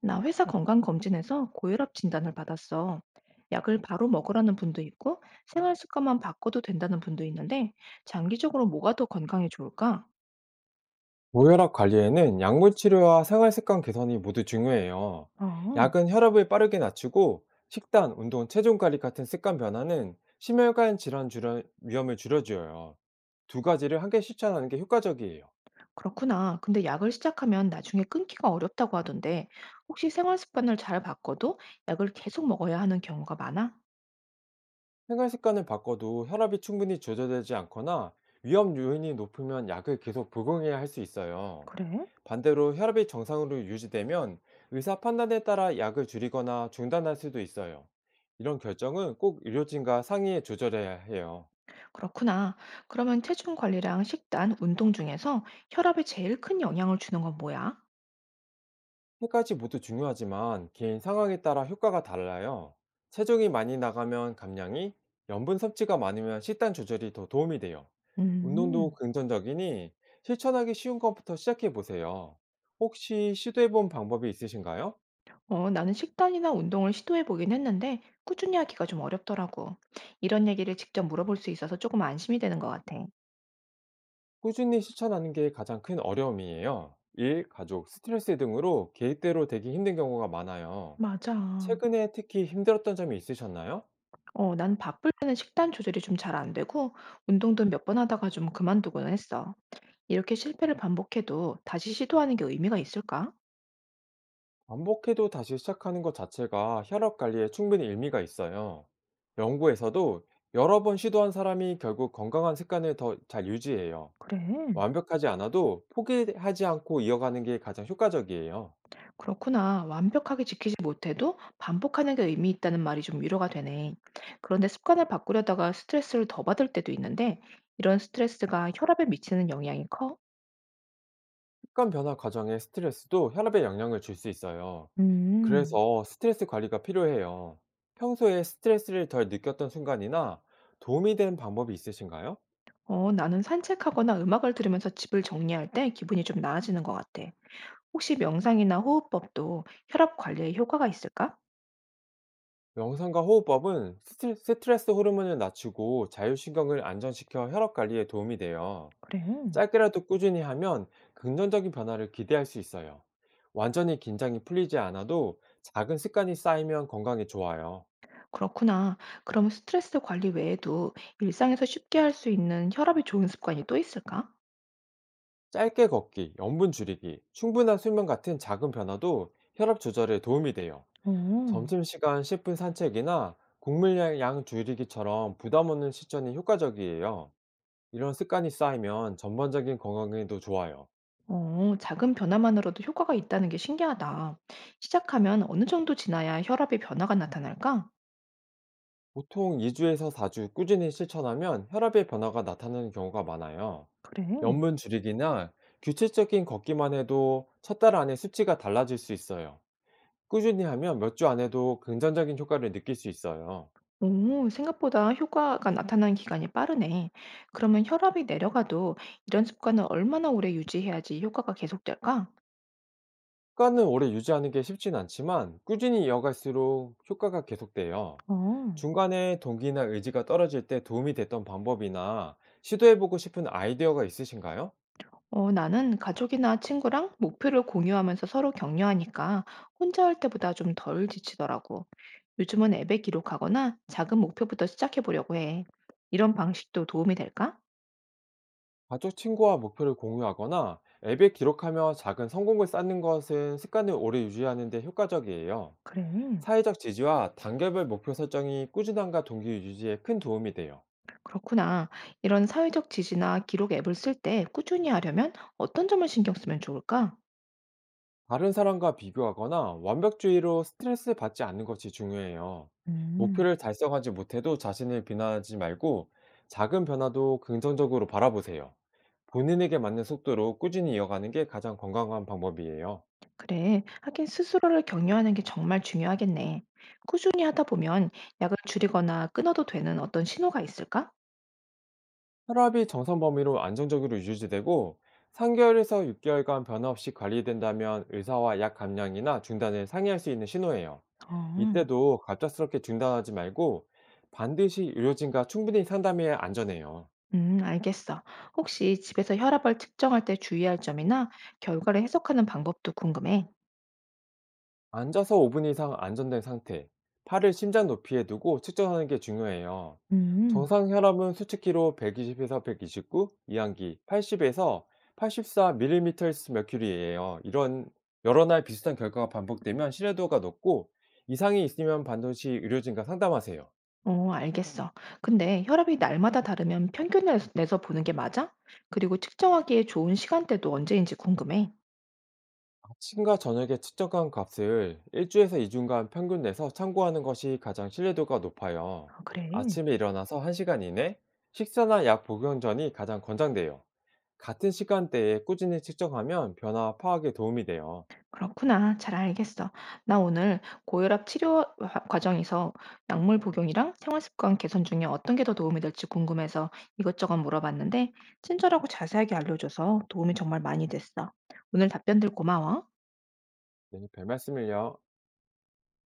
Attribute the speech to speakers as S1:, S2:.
S1: 나 회사 건강검진에서 고혈압 진단을 받았어. 약을 바로 먹으라는 분도 있고, 생활 습관만 바꿔도 된다는 분도 있는데, 장기적으로 뭐가 더 건강에 좋을까?
S2: 고혈압 관리에는 약물 치료와 생활 습관 개선이 모두 중요해요.
S1: 어,
S2: 약은 혈압을 빠르게 낮추고 식단, 운동, 체중 관리 같은 습관 변화는 심혈관 질환 위험을 줄여줘요. 두 가지를 함께 실천하는 게 효과적이에요.
S1: 그렇구나. 근데 약을 시작하면 나중에 끊기가 어렵다고 하던데, 혹시 생활 습관을 잘 바꿔도 약을 계속 먹어야 하는 경우가 많아?
S2: 생활 습관을 바꿔도 혈압이 충분히 조절되지 않거나 위험 요인이 높으면 약을 계속 복용해야 할 수 있어요.
S1: 그래?
S2: 반대로 혈압이 정상으로 유지되면 의사 판단에 따라 약을 줄이거나 중단할 수도 있어요. 이런 결정은 꼭 의료진과 상의해 조절해야 해요.
S1: 그렇구나. 그러면 체중 관리랑 식단, 운동 중에서 혈압에 제일 큰 영향을 주는 건 뭐야?
S2: 세 가지 모두 중요하지만 개인 상황에 따라 효과가 달라요. 체중이 많이 나가면 감량이, 염분 섭취가 많으면 식단 조절이 더 도움이 돼요. 운동도
S1: 음.
S2: 긍정적이니 실천하기 쉬운 것부터 시작해 보세요. 혹시 시도해 본 방법이 있으신가요?
S1: 어, 나는 식단이나 운동을 시도해 보긴 했는데 꾸준히 하기가 좀 어렵더라고. 이런 얘기를 직접 물어볼 수 있어서 조금 안심이 되는 것 같아.
S2: 꾸준히 실천하는 게 가장 큰 어려움이에요. 일, 가족, 스트레스 등으로 계획대로 되기 힘든 경우가 많아요.
S1: 맞아.
S2: 최근에 특히 힘들었던 점이 있으셨나요?
S1: 어, 난 바쁠 때는 식단 조절이 좀 잘 안 되고 운동도 몇 번 하다가 좀 그만두곤 했어. 이렇게 실패를 반복해도 다시 시도하는 게 의미가 있을까?
S2: 반복해도 다시 시작하는 것 자체가 혈압 관리에 충분히 의미가 있어요. 연구에서도 여러 번 시도한 사람이 결국 건강한 습관을 더 잘 유지해요.
S1: 그래.
S2: 완벽하지 않아도 포기하지 않고 이어가는 게 가장 효과적이에요.
S1: 그렇구나. 완벽하게 지키지 못해도 반복하는 게 의미 있다는 말이 좀 위로가 되네. 그런데 습관을 바꾸려다가 스트레스를 더 받을 때도 있는데 이런 스트레스가 혈압에 미치는 영향이 커?
S2: 습관 변화 과정에 스트레스도 혈압에 영향을 줄 수 있어요.
S1: 음.
S2: 그래서 스트레스 관리가 필요해요. 평소에 스트레스를 덜 느꼈던 순간이나 도움이 된 방법이 있으신가요?
S1: 어, 나는 산책하거나 음악을 들으면서 집을 정리할 때 기분이 좀 나아지는 것 같아. 혹시 명상이나 호흡법도 혈압 관리에 효과가 있을까?
S2: 명상과 호흡법은 스트레스 호르몬을 낮추고 자율신경을 안정시켜 혈압 관리에 도움이 돼요.
S1: 그래.
S2: 짧게라도 꾸준히 하면 긍정적인 변화를 기대할 수 있어요. 완전히 긴장이 풀리지 않아도 작은 습관이 쌓이면 건강에 좋아요.
S1: 그렇구나. 그럼 스트레스 관리 외에도 일상에서 쉽게 할 수 있는 혈압이 좋은 습관이 또 있을까?
S2: 짧게 걷기, 염분 줄이기, 충분한 수면 같은 작은 변화도 혈압 조절에 도움이 돼요.
S1: 어.
S2: 점심시간 10분 산책이나 국물량 양 줄이기처럼 부담 없는 실천이 효과적이에요. 이런 습관이 쌓이면 전반적인 건강에도 좋아요.
S1: 어, 작은 변화만으로도 효과가 있다는 게 신기하다. 시작하면 어느 정도 지나야 혈압의 변화가 나타날까?
S2: 보통 2주에서 4주 꾸준히 실천하면 혈압의 변화가 나타나는 경우가 많아요.
S1: 그래.
S2: 염분 줄이기나 규칙적인 걷기만 해도 첫 달 안에 수치가 달라질 수 있어요. 꾸준히 하면 몇 주 안에도 긍정적인 효과를 느낄 수 있어요.
S1: 오, 생각보다 효과가 나타나는 기간이 빠르네. 그러면 혈압이 내려가도 이런 습관을 얼마나 오래 유지해야지 효과가 계속될까?
S2: 습관은 오래 유지하는 게 쉽진 않지만 꾸준히 이어갈수록 효과가 계속돼요.
S1: 어,
S2: 중간에 동기나 의지가 떨어질 때 도움이 됐던 방법이나 시도해보고 싶은 아이디어가 있으신가요?
S1: 어, 나는 가족이나 친구랑 목표를 공유하면서 서로 격려하니까 혼자 할 때보다 좀 덜 지치더라고. 요즘은 앱에 기록하거나 작은 목표부터 시작해 보려고 해. 이런 방식도 도움이 될까?
S2: 가족 친구와 목표를 공유하거나 앱에 기록하며 작은 성공을 쌓는 것은 습관을 오래 유지하는 데 효과적이에요.
S1: 그래.
S2: 사회적 지지와 단계별 목표 설정이 꾸준함과 동기 유지에 큰 도움이 돼요.
S1: 그렇구나. 이런 사회적 지지나 기록 앱을 쓸 때 꾸준히 하려면 어떤 점을 신경 쓰면 좋을까?
S2: 다른 사람과 비교하거나 완벽주의로 스트레스 받지 않는 것이 중요해요.
S1: 음.
S2: 목표를 달성하지 못해도 자신을 비난하지 말고 작은 변화도 긍정적으로 바라보세요. 본인에게 맞는 속도로 꾸준히 이어가는 게 가장 건강한 방법이에요.
S1: 그래, 하긴 스스로를 격려하는 게 정말 중요하겠네. 꾸준히 하다 보면 약을 줄이거나 끊어도 되는 어떤 신호가 있을까?
S2: 혈압이 정상 범위로 안정적으로 유지되고 3개월에서 6개월간 변화없이 관리된다면 의사와 약 감량이나 중단을 상의할 수 있는 신호예요.
S1: 어,
S2: 이때도 갑작스럽게 중단하지 말고 반드시 의료진과 충분히 상담해야 안전해요.
S1: 알겠어. 혹시 집에서 혈압을 측정할 때 주의할 점이나 결과를 해석하는 방법도 궁금해.
S2: 앉아서 5분 이상 안전된 상태, 팔을 심장 높이에 두고 측정하는 게 중요해요.
S1: 음.
S2: 정상 혈압은 수치기로 120에서 129, 이항기 80에서 8 4 m m h 리예요 이런 여러 날 비슷한 결과가 반복되면 신뢰도가 높고 이상이 있으면 반드시 의료진과 상담하세요.
S1: 어, 알겠어. 근데 혈압이 날마다 다르면 평균을 내서 보는 게 맞아? 그리고 측정하기에 좋은 시간대도 언제인지 궁금해.
S2: 아침과 저녁에 측정한 값을 1주에서 2주간 평균 내서 참고하는 것이 가장 신뢰도가 높아요.
S1: 아, 그래.
S2: 아침에 일어나서 1시간 이내, 식사나 약 복용 전이 가장 권장돼요. 같은 시간대에 꾸준히 측정하면 변화 파악에 도움이 돼요.
S1: 그렇구나. 잘 알겠어. 나 오늘 고혈압 치료 과정에서 약물 복용이랑 생활 습관 개선 중에 어떤 게 더 도움이 될지 궁금해서 이것저것 물어봤는데, 친절하고 자세하게 알려줘서 도움이 정말 많이 됐어. 오늘 답변들 고마워.
S2: 네, 별 말씀을요.